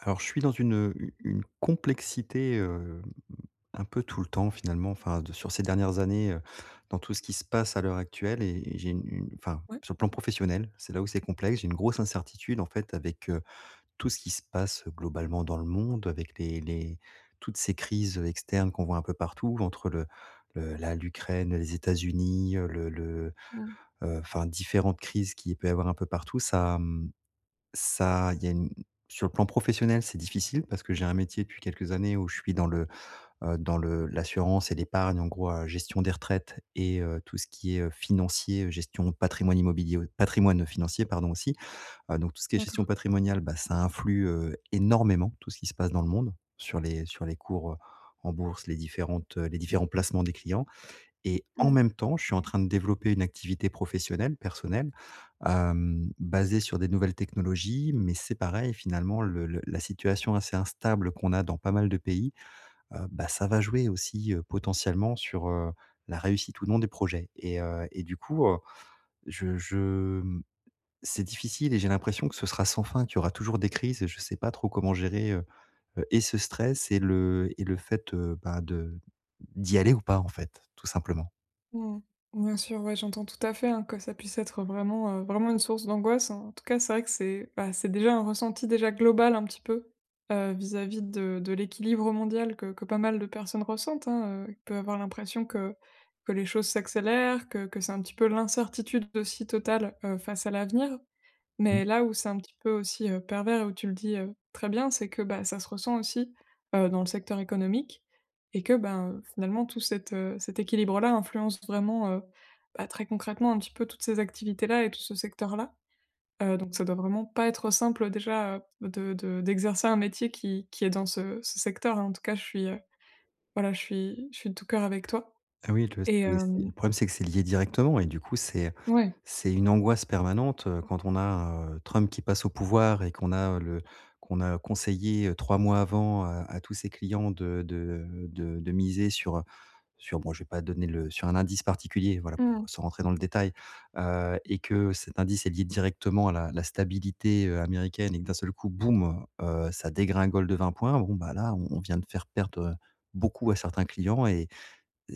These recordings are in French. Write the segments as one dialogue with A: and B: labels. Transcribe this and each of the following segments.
A: Alors, je suis dans une complexité, un peu tout le temps finalement, enfin de sur ces dernières années, dans tout ce qui se passe à l'heure actuelle et j'ai une enfin,
B: Ouais.
A: sur le plan professionnel, c'est là où c'est complexe. J'ai une grosse incertitude en fait avec, tout ce qui se passe globalement dans le monde, avec les toutes ces crises, externes qu'on voit un peu partout entre le la l'Ukraine, les États-Unis,
B: Ouais. Mmh.
A: enfin différentes crises qu'il peut y avoir un peu partout. Ça, ça, il y a une sur le plan professionnel, c'est difficile parce que j'ai un métier depuis quelques années où je suis dans dans le l'assurance et l'épargne, en gros, gestion des retraites et tout ce qui est, financier, gestion de patrimoine immobilier patrimoine financier, pardon, aussi. Donc tout ce qui est
B: D'accord.
A: gestion patrimoniale, bah, ça influe, énormément tout ce qui se passe dans le monde, sur les cours, en bourse, les différentes, les différents placements des clients. Et en
B: Mmh.
A: même temps, je suis en train de développer une activité professionnelle, personnelle, basée sur des nouvelles technologies, mais c'est pareil finalement le la situation assez instable qu'on a dans pas mal de pays, bah, ça va jouer aussi, potentiellement sur, la réussite ou non des projets et du coup, je c'est difficile et j'ai l'impression que ce sera sans fin, qu'il y aura toujours des crises et je ne sais pas trop comment gérer, et ce stress et le fait, bah, de d'y aller ou pas en fait, tout simplement.
B: Mmh. Bien sûr, ouais, j'entends tout à fait, hein, que ça puisse être vraiment, vraiment une source d'angoisse. En tout cas, c'est vrai que bah, c'est déjà un ressenti déjà global un petit peu, vis-à-vis de l'équilibre mondial que pas mal de personnes ressentent, hein. On peut avoir l'impression que les choses s'accélèrent, que c'est un petit peu l'incertitude aussi totale, face à l'avenir. Mais là où c'est un petit peu aussi, pervers et où tu le dis, très bien, c'est que, bah, ça se ressent aussi, dans le secteur économique et que, ben, finalement tout cet équilibre-là influence vraiment, bah, très concrètement un petit peu toutes ces activités-là et tout ce secteur-là. Donc ça doit vraiment pas être simple, déjà, de d'exercer un métier qui est dans ce secteur, hein. En tout cas, voilà, je suis de tout cœur avec toi
A: Ah oui, tu vois,
B: et
A: c'est
B: hem
A: le problème, c'est que c'est lié directement et du coup, c'est
B: ouais.
A: c'est une angoisse permanente, quand on a, Trump qui passe au pouvoir et qu'on a conseillé, 3 mois avant à tous ses clients de miser sur, sur bon, je vais pas donner le sur un indice particulier, voilà,
B: Mmh.
A: sans rentrer dans le détail, et que cet indice est lié directement à la stabilité, américaine et que d'un seul coup, boum, ça dégringole de 20 points. Bon, bah, là, on vient de faire perdre, beaucoup à certains clients et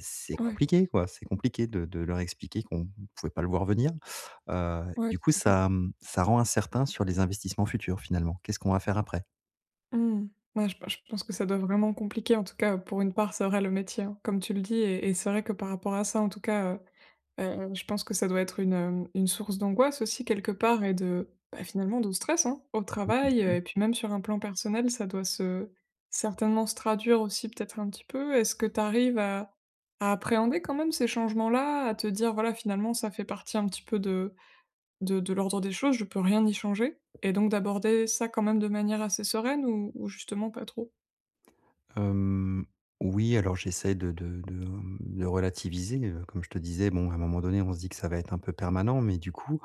A: c'est
B: Ouais,
A: compliqué quoi, c'est compliqué de leur expliquer qu'on ne pouvait pas le voir venir.
B: ouais,
A: Du coup
B: tout à fait.
A: ça rend incertain sur les investissements futurs finalement. Qu'est-ce qu'on va faire après?
B: Mmh. Ouais, je pense que ça doit vraiment compliquer, en tout cas, pour une part, c'est vrai, le métier, hein, comme tu le dis et c'est vrai que par rapport à ça, en tout cas, je pense que ça doit être une source d'angoisse aussi quelque part et de, bah, finalement de stress, hein, au travail, et puis même sur un plan personnel, ça doit se certainement se traduire aussi peut-être un petit peu. Est-ce que tu arrives à appréhender quand même ces changements-là, à te dire : « Voilà, finalement, ça fait partie un petit peu de l'ordre des choses, je peux rien y changer et donc d'aborder ça quand même de manière assez sereine, ou justement pas trop ? »
A: Hem, oui, alors j'essaie de de relativiser, comme je te disais, bon, à un moment donné, on se dit que ça va être un peu permanent, mais du coup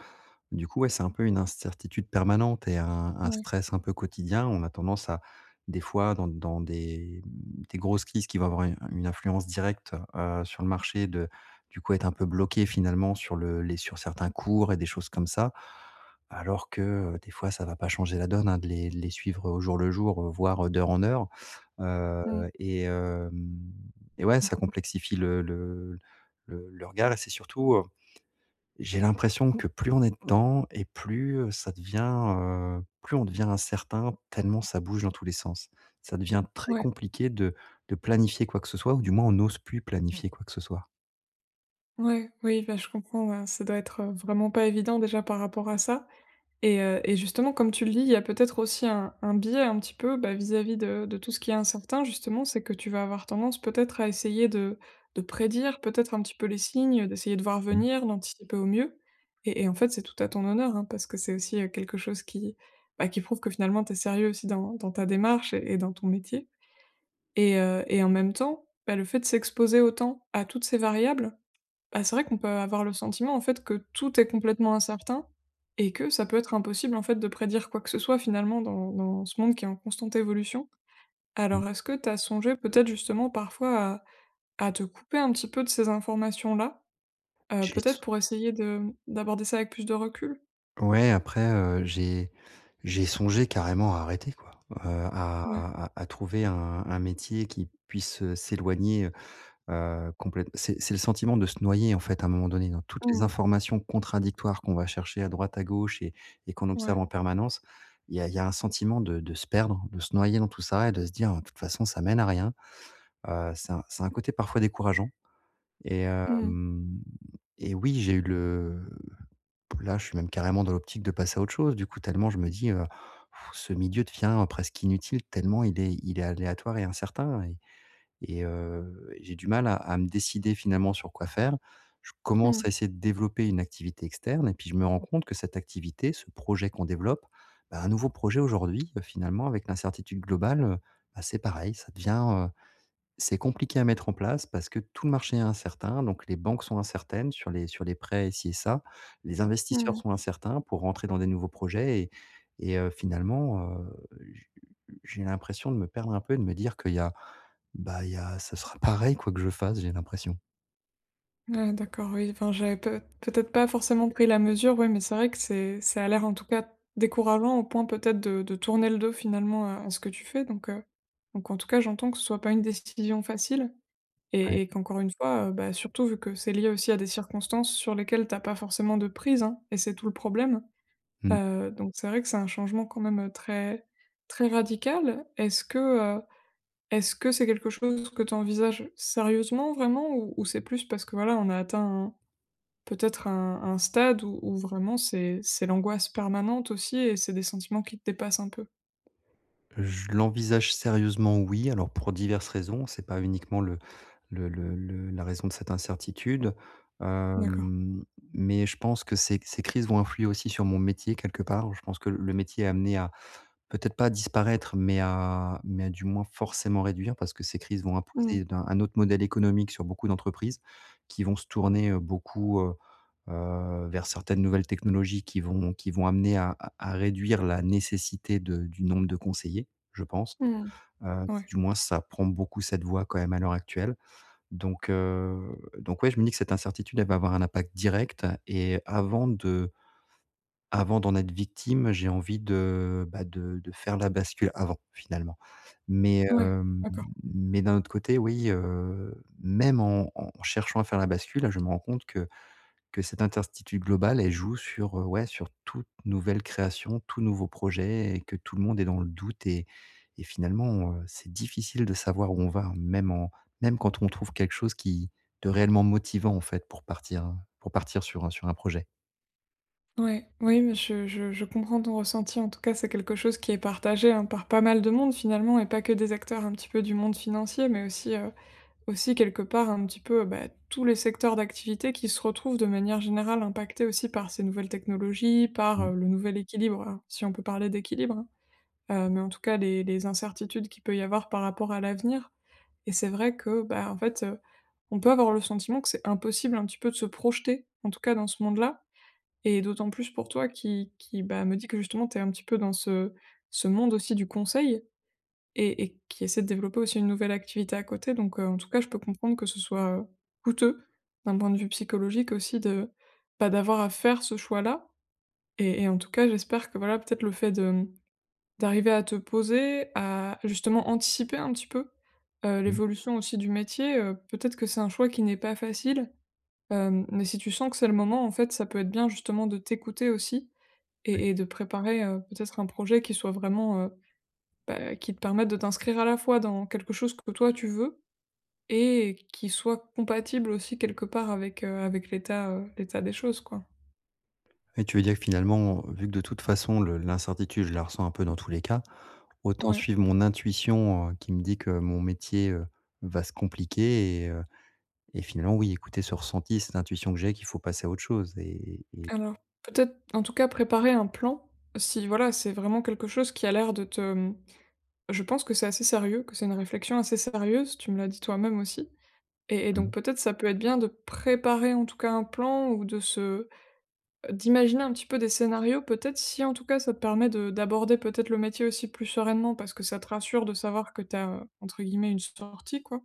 A: du coup, ouais, c'est un peu une incertitude permanente et un
B: Ouais.
A: stress un peu quotidien. On a tendance à, des fois, dans des grosses crises qui vont avoir une influence directe, sur le marché de du coup, être un peu bloqué finalement sur le les sur certains cours et des choses comme ça. Alors que, des fois, ça va pas changer la donne, hein, de les suivre au jour le jour, voire d'heure en heure. Heu
B: Mmh.
A: et hem et ouais, ça complexifie le regard et c'est surtout, j'ai l'impression que plus on est dedans et plus, plus on devient incertain tellement ça bouge dans tous les sens. Ça devient très
B: Ouais,
A: compliqué de planifier quoi que ce soit ou du moins on n'ose plus planifier quoi que ce soit.
B: ouais, oui, bah, je comprends, ouais, ça doit être, vraiment pas évident déjà par rapport à ça. Et justement, comme tu le dis, il y a peut-être aussi un biais un petit peu, bah, vis-à-vis de tout ce qui est incertain justement, c'est que tu vas avoir tendance peut-être à essayer de prédire peut-être un petit peu les signes, d'essayer de voir
A: Mmh.
B: venir, d'anticiper au mieux et en fait, c'est tout à ton honneur, hein, parce que c'est aussi, quelque chose qui, bah, qui prouve que finalement tu es sérieux aussi dans ta démarche et dans ton métier et en même temps, bah, le fait de s'exposer autant à toutes ces variables, bah, c'est vrai qu'on peut avoir le sentiment, en fait, que tout est complètement incertain et que ça peut être impossible, en fait, de prédire quoi que ce soit, finalement, dans ce monde qui est en constante évolution.
A: mh.
B: Alors, est-ce que tu as songé peut-être, justement, parfois à te couper un petit peu de ces informations-là,
A: J'ai s
B: peut-être pour essayer de d'aborder ça avec plus de recul?
A: Ouais, après, j'ai songé carrément à arrêter quoi, à
B: Ouais.
A: trouver un métier qui puisse, s'éloigner. Complète C'est le sentiment de se noyer, en fait, à un moment donné, dans toutes les
B: Mmh.
A: informations contradictoires qu'on va chercher à droite, à gauche et qu'on
B: Ouais.
A: observe en permanence. Il y a un sentiment de se perdre, de se noyer dans tout ça et de se dire : « De toute façon, ça mène à rien ». C'est un c'est un côté parfois décourageant et
B: Mmh.
A: hem et oui, j'ai eu le là, je suis même carrément dans l'optique de passer à autre chose, du coup, tellement je me dis, Ce milieu devient presque inutile tellement il est aléatoire et incertain ». J'ai du mal à me décider finalement sur quoi faire. Je commence
B: Mmh.
A: à essayer de développer une activité externe et puis je me rends compte que cette activité, ce projet qu'on développe, bah, un nouveau projet aujourd'hui, finalement avec l'incertitude globale, c'est pareil, ça devient, c'est compliqué à mettre en place parce que tout le marché est incertain, donc les banques sont incertaines sur les prêts ci et ça. Les investisseurs
B: Mmh.
A: sont incertains pour rentrer dans des nouveaux projets et finalement, j'ai l'impression de me perdre un peu, de me dire qu'il y a, bah, il y a ça sera pareil quoi que je fasse, j'ai l'impression.
B: Ouais, d'accord, oui, enfin, j'avais peut-être pas forcément pris la mesure, ouais, mais c'est vrai que c'est ça a l'air en tout cas décourageant au point peut-être de tourner le dos finalement à ce que tu fais donc, donc en tout cas j'entends que ce soit pas une décision facile
A: Ouais.
B: et qu'encore une fois, bah, surtout vu que c'est lié aussi à des circonstances sur lesquelles t'as pas forcément de prise, hein, et c'est tout le problème.
A: Mmh.
B: Donc c'est vrai que c'est un changement quand même, très très radical. Heu, est-ce que c'est quelque chose que tu envisages sérieusement vraiment ou c'est plus parce que voilà, on a atteint un... Peut-être un stade où vraiment c'est l'angoisse permanente aussi et c'est des sentiments qui te dépassent un peu?
A: Je l'envisage sérieusement, oui, alors pour diverses raisons, c'est pas uniquement le la raison de cette incertitude.
B: D'accord.
A: Hem, mais je pense que ces crises vont influer aussi sur mon métier quelque part. Je pense que le métier est amené à peut-être pas disparaître, mais à du moins forcément réduire parce que ces crises vont
B: Mmh.
A: imposer d'un un autre modèle économique sur beaucoup d'entreprises qui vont se tourner, vers certaines nouvelles technologies qui vont amener à réduire la nécessité de du nombre de conseillers, je pense.
B: Mmh. Ouais,
A: Du moins ça prend beaucoup cette voie quand même à l'heure actuelle. Donc heu, donc ouais, je me dis que cette incertitude, elle va avoir un impact direct et avant de avant d'en être victime, j'ai envie de, bah, de faire la bascule avant, finalement. Mais
B: ouais,
A: hem,
B: d'accord.
A: mais d'un autre côté, oui, même en cherchant à faire la bascule, là, je me rends compte que cette incertitude globale, elle joue sur, ouais, sur toute nouvelle création, tout nouveau projet et que tout le monde est dans le doute et finalement, c'est difficile de savoir où on va, hein, même quand on trouve quelque chose qui de réellement motivant, en fait, pour partir hein, pour partir sur un projet.
B: Ouais, oui, mais je comprends ton ressenti. En tout cas, c'est quelque chose qui est partagé, hein, par pas mal de monde finalement et pas que des acteurs un petit peu du monde financier, mais aussi quelque part un petit peu, bah, tous les secteurs d'activité qui se retrouvent de manière générale impactés aussi par ces nouvelles technologies, par,
A: Mmh.
B: le nouvel équilibre, hein, si on peut parler d'équilibre, hein. Mais en tout cas les incertitudes qu'il peut y avoir par rapport à l'avenir, et c'est vrai que, bah, en fait, on peut avoir le sentiment que c'est impossible un petit peu de se projeter, en tout cas dans ce monde-là, et d'autant plus pour toi qui, bah, me dit que justement tu es un petit peu dans ce monde aussi du conseil et qui essaie de développer aussi une nouvelle activité à côté donc, en tout cas je peux comprendre que ce soit, coûteux d'un point de vue psychologique aussi de, bah, d'avoir à faire ce choix-là, et en tout cas j'espère que voilà peut-être le fait de d'arriver à te poser, à justement anticiper un petit peu,
A: mh
B: l'évolution aussi du métier, peut-être que c'est un choix qui n'est pas facile, mais si tu sens que c'est le moment, en fait, ça peut être bien justement de t'écouter aussi et de préparer, peut-être un projet qui soit vraiment, bah, qui te permette de t'inscrire à la fois dans quelque chose que toi tu veux et qui soit compatible aussi quelque part avec l'état des choses, quoi.
A: et tu veux dire que finalement, vu que de toute façon le l'incertitude, je la ressens un peu dans tous les cas, autant
B: Ouais.
A: suivre mon intuition, qui me dit que mon métier, va se compliquer. Et finalement, oui, écouter ce ressenti, cette intuition que j'ai qu'il faut passer à autre chose et
B: Alors peut-être, en tout cas, préparer un plan si, voilà, c'est vraiment quelque chose qui a l'air de te... Je pense que c'est assez sérieux, que c'est une réflexion assez sérieuse, tu me l'as dit toi-même aussi. Et donc
A: mmh,
B: peut-être ça peut être bien de préparer en tout cas un plan ou de se d'imaginer un petit peu des scénarios, peut-être si en tout cas ça te permet de d'aborder peut-être le métier aussi plus sereinement parce que ça te rassure de savoir que tu as, entre guillemets, « une sortie », quoi.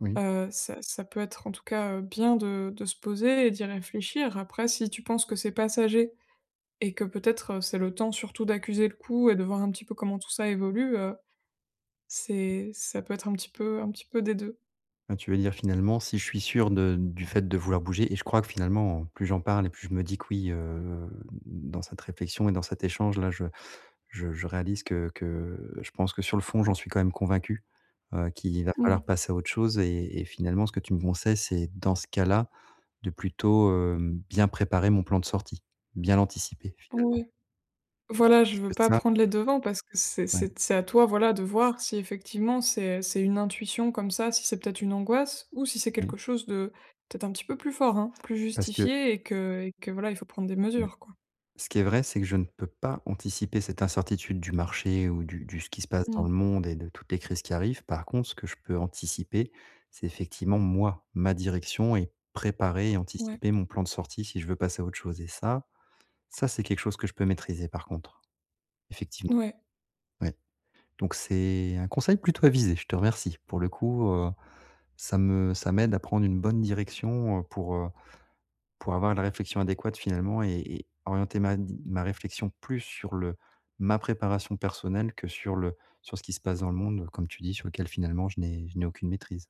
A: oui.
B: Ça peut être en tout cas, bien de se poser et d'y réfléchir. Après, si tu penses que c'est passager et que peut-être, c'est le temps surtout d'accuser le coup et de voir un petit peu comment tout ça évolue, c'est ça peut être un petit peu des deux.
A: Ah, tu veux dire finalement, si je suis sûr de du fait de vouloir bouger et je crois que finalement, plus j'en parle et plus je me dis que oui, dans cette réflexion et dans cet échange là, je réalise que je pense que sur le fond, j'en suis quand même convaincu, qu'il va
B: Mmh.
A: falloir passer à autre chose et finalement ce que tu me conseilles, c'est dans ce cas-là, de plutôt, bien préparer mon plan de sortie, bien l'anticiper
B: Oui.
A: finalement.
B: Voilà, je
A: Parce
B: veux
A: que
B: pas
A: ça
B: prendre les devants parce que c'est
A: ouais,
B: c'est c'est à toi, voilà, de voir si effectivement c'est une intuition comme ça, si c'est peut-être une angoisse ou si c'est
A: mmh,
B: quelque chose de peut-être un petit peu plus fort, hein, plus
A: Parce que
B: justifié et que voilà, il faut prendre des
A: ouais.
B: mesures, quoi.
A: Ce qui est vrai, c'est que je ne peux pas anticiper cette incertitude du marché ou du ce qui se passe dans
B: Mmh.
A: le monde et de toutes les crises qui arrivent. Par contre, ce que je peux anticiper, c'est effectivement moi, ma direction et préparer et
B: Ouais,
A: anticiper mon plan de sortie si je veux passer à autre chose et ça, c'est quelque chose que je peux maîtriser par contre, effectivement,
B: ouais.
A: ouais. Donc c'est un conseil plutôt avisé, je te remercie. Pour le coup, ça me ça m'aide à prendre une bonne direction, pour avoir la réflexion adéquate finalement et orienter ma réflexion plus sur le ma préparation personnelle que sur le sur ce qui se passe dans le monde, comme tu dis, sur lequel finalement je n'ai aucune maîtrise.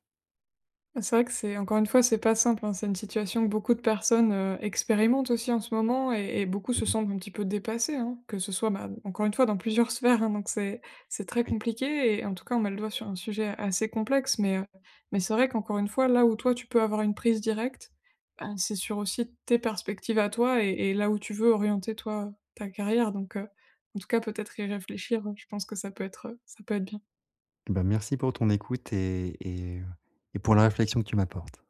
B: C'est vrai que c'est encore une fois, c'est pas simple, hein. C'est une situation que beaucoup de personnes, expérimentent aussi en ce moment et beaucoup se
A: Mmh,
B: sentent un petit peu dépassées, hein. Que ce soit, bah, encore une fois dans plusieurs sphères, hein, donc c'est très
A: oui.
B: compliqué et en tout cas, on met le doigt sur un sujet assez complexe mais c'est vrai qu'encore une fois, là où toi, tu peux avoir une prise directe, ben, c'est sur aussi tes perspectives à toi et là où tu veux orienter toi, ta carrière donc, en tout cas peut-être y réfléchir, je pense que ça peut être bien.
A: Bah, merci pour ton écoute et et pour la réflexion que tu m'apportes.